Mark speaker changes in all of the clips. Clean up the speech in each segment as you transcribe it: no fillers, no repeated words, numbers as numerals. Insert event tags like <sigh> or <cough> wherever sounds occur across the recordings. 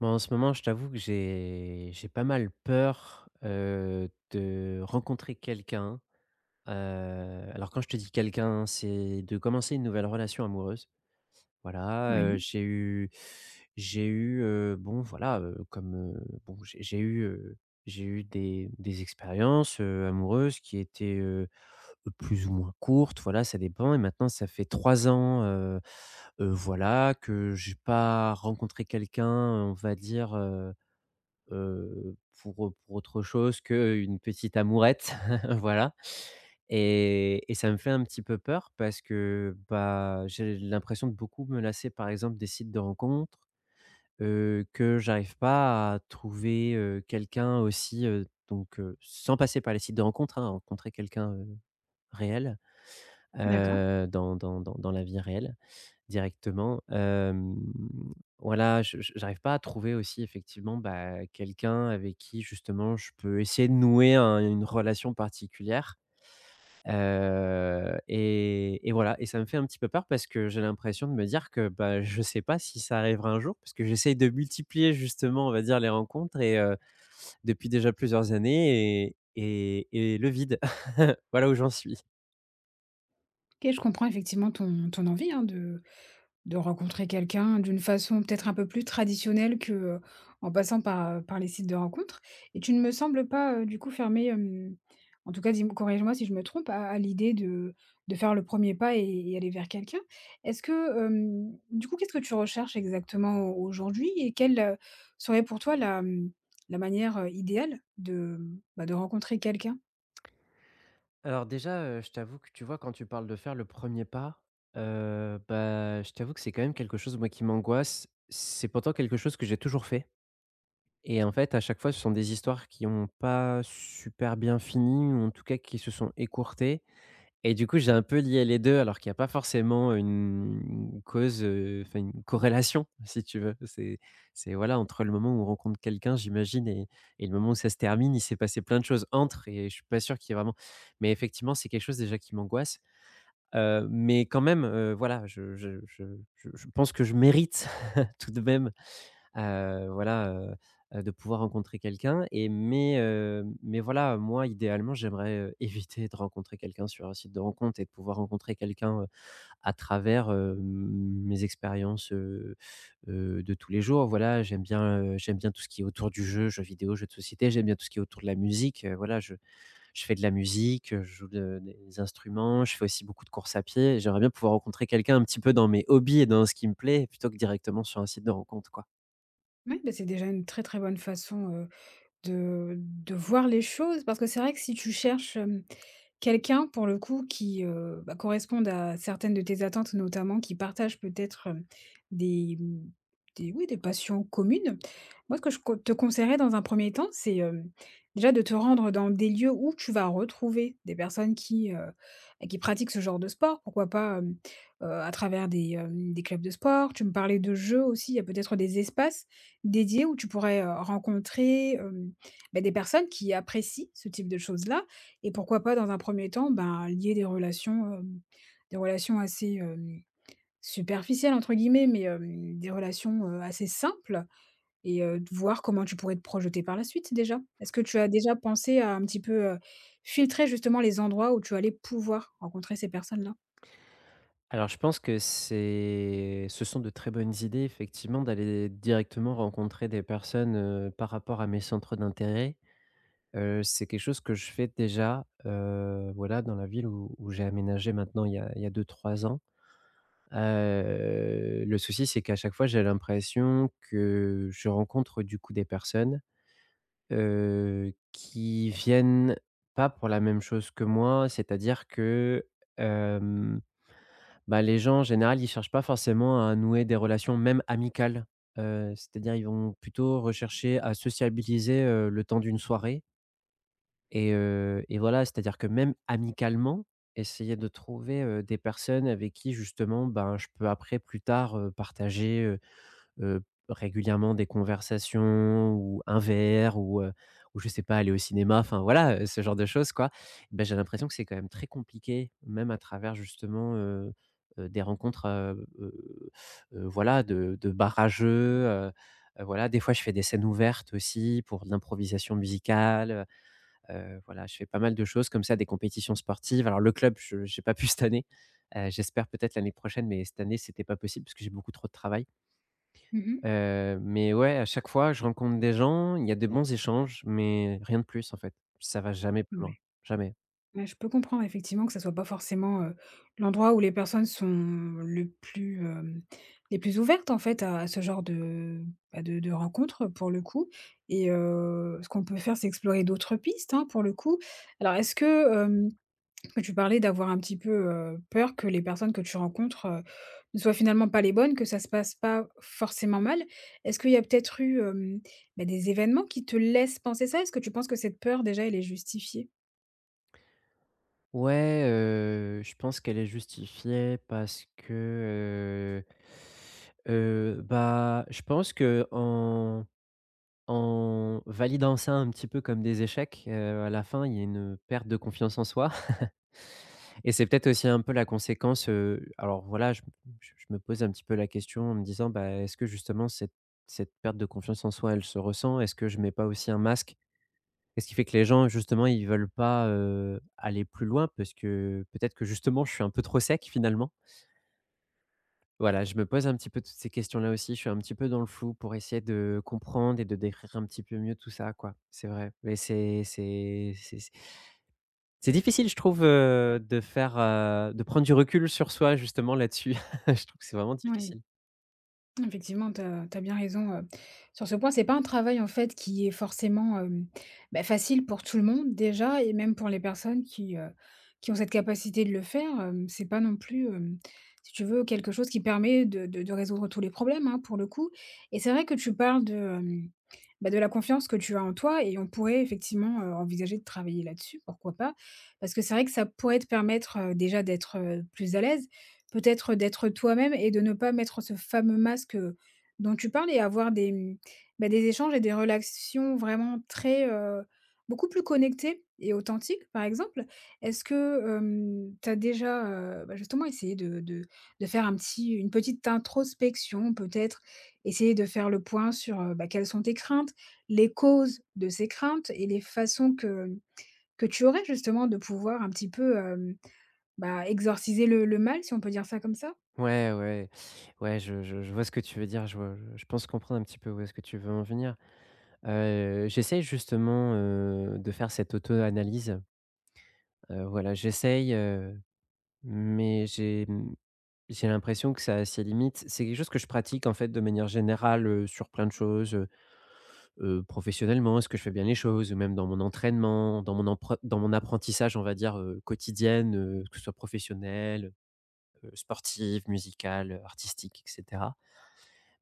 Speaker 1: Moi, en ce moment, je t'avoue que j'ai pas mal peur, de rencontrer quelqu'un. Heu, alors quand je te dis quelqu'un, c'est de commencer une nouvelle relation amoureuse. Voilà,
Speaker 2: Oui,
Speaker 1: j'ai eu, bon voilà, comme, bon j'ai eu des expériences, amoureuses qui étaient, plus ou moins courtes, voilà, ça dépend et maintenant ça fait 3 ans, voilà, que j'ai pas rencontré quelqu'un, on va dire, heu, pour autre chose qu'une petite amourette, <laughs> voilà et ça me fait un petit peu peur parce que, bah, j'ai l'impression de beaucoup me lasser, par exemple, des sites de rencontres, que j'arrive pas à trouver, quelqu'un aussi, donc sans passer par les sites de rencontres, hein, rencontrer quelqu'un, réel,
Speaker 2: d'accord.
Speaker 1: dans la vie réelle. Directement, voilà, je j'arrive pas à trouver aussi effectivement, bah, quelqu'un avec qui justement je peux essayer de nouer un une relation particulière, et voilà et ça me fait un petit peu peur parce que j'ai l'impression de me dire que, bah, je sais pas si ça arrivera un jour parce que j'essaye de multiplier justement, on va dire, les rencontres et depuis déjà plusieurs années et le vide. <laughs> Voilà où j'en suis.
Speaker 2: OK, je comprends effectivement ton envie, hein, de rencontrer quelqu'un d'une façon peut-être un peu plus traditionnelle que, en passant par, par les sites de rencontres, et tu ne me sembles pas, du coup fermé. En tout cas dis corrige-moi si je me trompe, à l'idée de faire le premier pas et et aller vers quelqu'un. Est-ce que, du coup, qu'est-ce que tu recherches exactement au aujourd'hui et quelle, serait pour toi la, la manière, idéale de, de rencontrer quelqu'un?
Speaker 1: Alors déjà, je t'avoue que tu vois, quand tu parles de faire le premier pas, bah, je t'avoue que c'est quand même quelque chose, moi, qui m'angoisse. C'est pourtant quelque chose que j'ai toujours fait et en fait, à chaque fois, ce sont des histoires qui n'ont pas super bien fini ou en tout cas qui se sont écourtées et du coup, j'ai un peu lié les 2, alors qu'il y a pas forcément une cause, enfin une corrélation, <laughs> si tu veux. C'est voilà, entre le moment où on rencontre quelqu'un, j'imagine et le moment où ça se termine, il s'est passé plein de choses entre et je suis pas sûr qu'il y ait vraiment mais effectivement, c'est quelque chose déjà qui m'angoisse, mais quand même, voilà, je pense que je mérite <laughs> tout de même, voilà, de pouvoir rencontrer quelqu'un et mais voilà, moi, idéalement, j'aimerais, <laughs> éviter de rencontrer quelqu'un sur un site de rencontre et de pouvoir rencontrer quelqu'un, à travers, mes expériences, de tous les jours. Voilà, j'aime bien tout ce qui est autour du jeu, jeux vidéo, jeux de société, j'aime bien tout ce qui est autour de la musique, voilà, je fais de la musique, je joue de des instruments, je fais aussi beaucoup de courses à pied j'aimerais bien pouvoir rencontrer quelqu'un un petit peu dans mes hobbies et dans ce qui me plaît, plutôt que directement sur un site de rencontre, quoi.
Speaker 2: Oui, bah, c'est déjà une très, très bonne façon, de voir les choses, parce que c'est vrai que si tu cherches, quelqu'un pour le coup qui, bah, corresponde à certaines de tes attentes notamment, qui partage peut-être, des, mmh, des oui, des passions communes. Moi, ce que je co te conseillerais dans un premier temps, c'est, déjà de te rendre dans des lieux où tu vas retrouver des personnes qui, bah, qui pratiquent ce genre de sport. Pourquoi pas, à travers des, des clubs de sport. Tu me parlais de jeux aussi, il y a peut-être des espaces dédiés où tu pourrais, rencontrer, bah, des personnes qui apprécient ce type de choses-là, et pourquoi pas, dans un premier temps, ben, lier des relations, des relations assez, «superficielles» entre guillemets, mais, des relations, assez simples et de voir comment tu pourrais te projeter par la suite déjà. Est-ce que tu as déjà pensé à un petit peu, filtrer justement les endroits où tu allais pouvoir rencontrer ces personnes-là?
Speaker 1: Alors je pense que c'est ce sont de très bonnes idées effectivement d'aller directement rencontrer des personnes, par rapport à mes centres d'intérêt. C'est quelque chose que je fais déjà, voilà, dans la ville où où j'ai aménagé maintenant il y a 2-3 ans. Le souci, c'est qu'à chaque fois, j'ai l'impression que je rencontre du coup des personnes, qui viennent pas pour la même chose que moi, c'est-à-dire que, bah, les gens, en général, ils cherchent pas forcément à nouer des relations même amicales. C'est-à-dire ils vont plutôt rechercher à sociabiliser, le temps d'une soirée et et voilà, c'est-à-dire que même amicalement, essayer de trouver, des personnes avec qui justement, ben, je peux après plus tard, partager, heu, régulièrement des conversations ou un verre ou je sais pas, aller au cinéma, enfin voilà, ce genre de choses quoi. Ben j'ai l'impression que c'est quand même très compliqué, même à travers justement, des rencontres, voilà de bar à jeux, voilà. Des fois, je fais des scènes ouvertes aussi pour de l'improvisation musicale, voilà. Je fais pas mal de choses comme ça, des compétitions sportives. Alors le club, je j'ai pas pu cette année, j'espère peut-être l'année prochaine, mais cette année, c'était pas possible parce que j'ai beaucoup trop de travail.
Speaker 2: Mmh.
Speaker 1: Mais ouais, à chaque fois, je rencontre des gens, il y a de bons échanges, mais rien de plus, en fait. Ça va jamais plus loin, jamais.
Speaker 2: Ouais, je peux comprendre effectivement que ça soit pas forcément, l'endroit où les personnes sont le plus, les plus ouvertes en fait à ce genre de, de rencontres pour le coup, et ce qu'on peut faire c'est explorer d'autres pistes, hein, pour le coup. Alors est-ce que, que tu parlais d'avoir un petit peu, peur que les personnes que tu rencontres, ne soient finalement pas les bonnes, que ça se passe pas forcément mal. Est-ce qu'il y a peut-être eu, bah, des événements qui te laissent penser ça? Est-ce que tu penses que cette peur déjà elle est justifiée?
Speaker 1: Ouais, je pense qu'elle est justifiée parce que, bah, je pense que en validant ça un petit peu comme des échecs, à la fin, il y a une perte de confiance en soi. Et c'est peut-être aussi un peu la conséquence, alors voilà, je me pose un petit peu la question en me disant: «Bah, est-ce que justement cette perte de confiance en soi, elle se ressent? Est-ce que je mets pas aussi un masque?» et ce qui fait que les gens justement, ils veulent pas, aller plus loin parce que peut-être que justement, je suis un peu trop sec finalement? Voilà, je me pose un petit peu toutes ces questions-là aussi, je suis un petit peu dans le flou pour essayer de comprendre et de décrire un petit peu mieux tout ça quoi. C'est vrai, mais c'est c'est c'est c'est difficile je trouve, de faire, de prendre du recul sur soi justement là-dessus. <laughs> Je trouve que c'est vraiment
Speaker 2: Oui.
Speaker 1: difficile.
Speaker 2: Effectivement, tu as bien raison, sur ce point. C'est pas un travail, en fait, qui est forcément, bah, facile pour tout le monde déjà, et même pour les personnes qui ont cette capacité de le faire, c'est pas non plus, si tu veux, quelque chose qui permet de résoudre tous les problèmes, hein, pour le coup. Et c'est vrai que tu parles de, bah, de la confiance que tu as en toi, et on pourrait effectivement, envisager de travailler là-dessus, pourquoi pas? Parce que c'est vrai que ça pourrait te permettre, déjà d'être, plus à l'aise. Peut-être d'être toi-même et de ne pas mettre ce fameux masque, dont tu parles, et avoir des, bah, des échanges et des relations vraiment très, beaucoup plus connectées et authentiques, par exemple. Est-ce que, tu as déjà, bah, justement essayé de de faire un petit une petite introspection peut-être? Essayer de faire le point sur, bah, quelles sont tes craintes, les causes de ces craintes et les façons que tu aurais justement de pouvoir un petit peu, bah, exorciser le mal, si on peut dire ça comme ça?
Speaker 1: Ouais, ouais, ouais, je vois ce que tu veux dire, je vois je pense comprendre un petit peu où est-ce que tu veux en venir. J'essaie justement, de faire cette auto-analyse, voilà, j'essaye, mais j'ai l'impression que ça a ses limites. C'est quelque chose que je pratique en fait de manière générale, sur plein de choses, professionnellement, est-ce que je fais bien les choses? Ou même dans mon entraînement, dans mon empre dans mon apprentissage, on va dire, quotidienne, que ce soit professionnelle, sportive, musicale, artistique et cetera.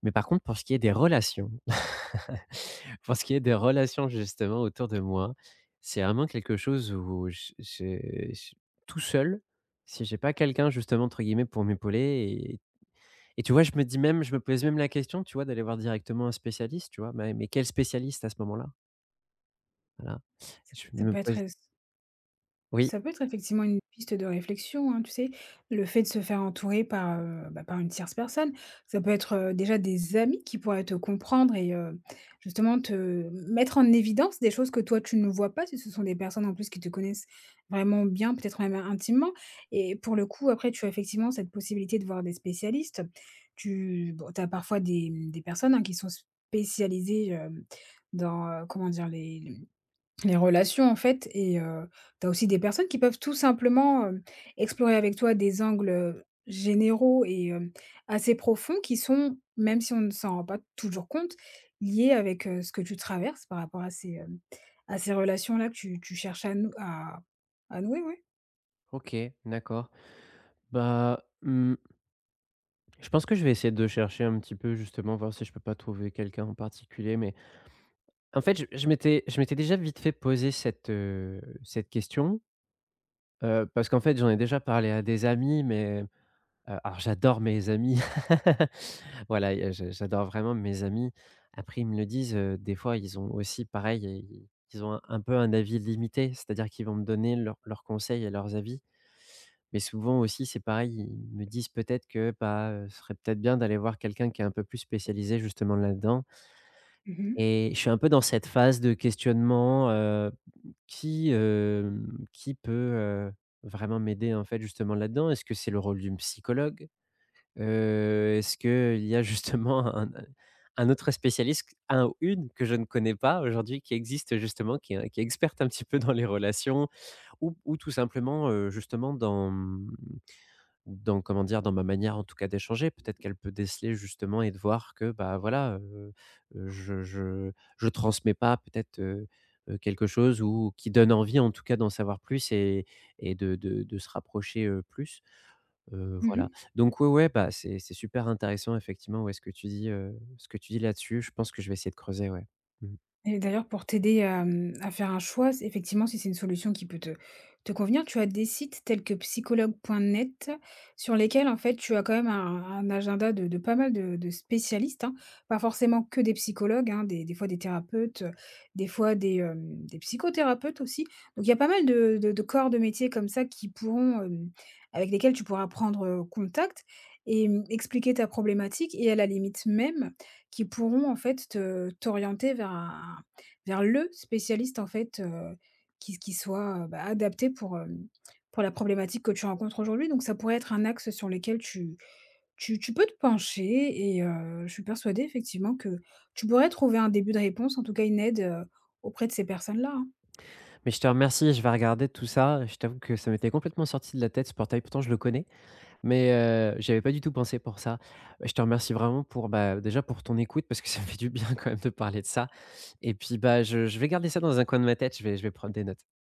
Speaker 1: Mais par contre, pour ce qui est des relations, <laughs> pour ce qui est des relations justement autour de moi, c'est vraiment quelque chose où j j'ai j tout seul, si j'ai pas quelqu'un justement entre guillemets pour m'épauler et tu vois, je me dis même je me pose même la question, tu vois, d'aller voir directement un spécialiste, tu vois? Mais quel spécialiste à ce moment-là? Voilà. Je
Speaker 2: Ça
Speaker 1: me
Speaker 2: peut être
Speaker 1: pose oui.
Speaker 2: Ça peut être effectivement une piste de réflexion, hein, tu sais? Le fait de se faire entourer par, bah, par une tierce personne. Ça peut être, déjà des amis qui pourraient te comprendre, et justement te mettre en évidence des choses que toi tu ne vois pas, si ce sont des personnes en plus qui te connaissent vraiment bien, peut-être même intimement, et pour le coup après tu as effectivement cette possibilité de voir des spécialistes. Tu as parfois des, des personnes, hein, qui sont spécialisées, dans, comment dire? Les relations, en fait, et tu as aussi des personnes qui peuvent tout simplement, explorer avec toi des angles généraux et assez profonds qui sont, même si on ne s'en rend pas toujours compte, liés avec, ce que tu traverses par rapport à ces, à ces relations-là que tu cherches à nouer, ouais.
Speaker 1: OK, d'accord. Bah, je pense que je vais essayer de chercher un petit peu justement, voir si je peux pas trouver quelqu'un en particulier, mais en fait, je m'étais déjà vite fait poser cette, cette question, parce qu'en fait, j'en ai déjà parlé à des amis, mais alors j'adore mes amis. <laughs> Voilà, y a je j'adore vraiment mes amis. Après, ils me le disent, des fois, ils ont aussi pareil, i ils ont un peu un avis limité, c'est-à-dire qu'ils vont me donner leurs conseils et leurs avis. Mais souvent aussi, c'est pareil, ils me disent peut-être que, bah, ce serait peut-être bien d'aller voir quelqu'un qui est un peu plus spécialisé justement là-dedans
Speaker 2: Mmh mh.
Speaker 1: et je suis un peu dans cette phase de questionnement, qui, qui peut, vraiment m'aider en fait justement là-dedans? Est-ce que c'est le rôle d'une psychologue? Est-ce qu'il y a justement un autre spécialiste, un ou une que je ne connais pas aujourd'hui qui existe justement, qui est experte un petit peu dans les relations ou tout simplement, justement dans comment dire? Dans ma manière en tout cas d'échanger. Peut-être qu'elle peut déceler justement et de voir que, bah, voilà, je transmets pas peut-être, quelque chose ou qui donne envie en tout cas d'en savoir plus et de se rapprocher, plus, voilà.
Speaker 2: Mmh.
Speaker 1: Donc ouais, ouais, bah, c'est super intéressant effectivement, ouais, ce que tu dis, ce que tu dis là-dessus. Je pense que je vais essayer de creuser, ouais. Mmh.
Speaker 2: Et d'ailleurs, pour t'aider à, à faire un choix, s effectivement, si c'est une solution qui peut te te convenir, tu as des sites tels que psychologue.net sur lesquels, en fait, tu as quand même un agenda de pas mal de spécialistes, hein. Pas forcément que des psychologues, hein, des fois des thérapeutes, des fois des, des psychothérapeutes aussi. Donc il y a pas mal de de corps de métier comme ça qui pourront, avec lesquels tu pourras prendre, contact et expliquer ta problématique et à la limite même, qui pourront en fait te t'orienter vers un vers le spécialiste en fait, qui soit, bah, adapté pour, pour la problématique que tu rencontres aujourd'hui. Donc ça pourrait être un axe sur lequel tu tu peux te pencher, et je suis persuadée effectivement que tu pourrais trouver un début de réponse, en tout cas une aide, auprès de ces personnes-là, hein.
Speaker 1: Mais je te remercie, je vais regarder tout ça. Je t'avoue que ça m'était complètement sorti de la tête ce portail, pourtant je le connais. Mais j'y pas du tout pensé pour ça. Bah, je te remercie vraiment pour, bah, déjà pour ton écoute parce que <laughs> ça me fait du bien quand même de parler de ça et puis, bah, je vais garder ça dans un coin de ma tête, je vais prendre des notes.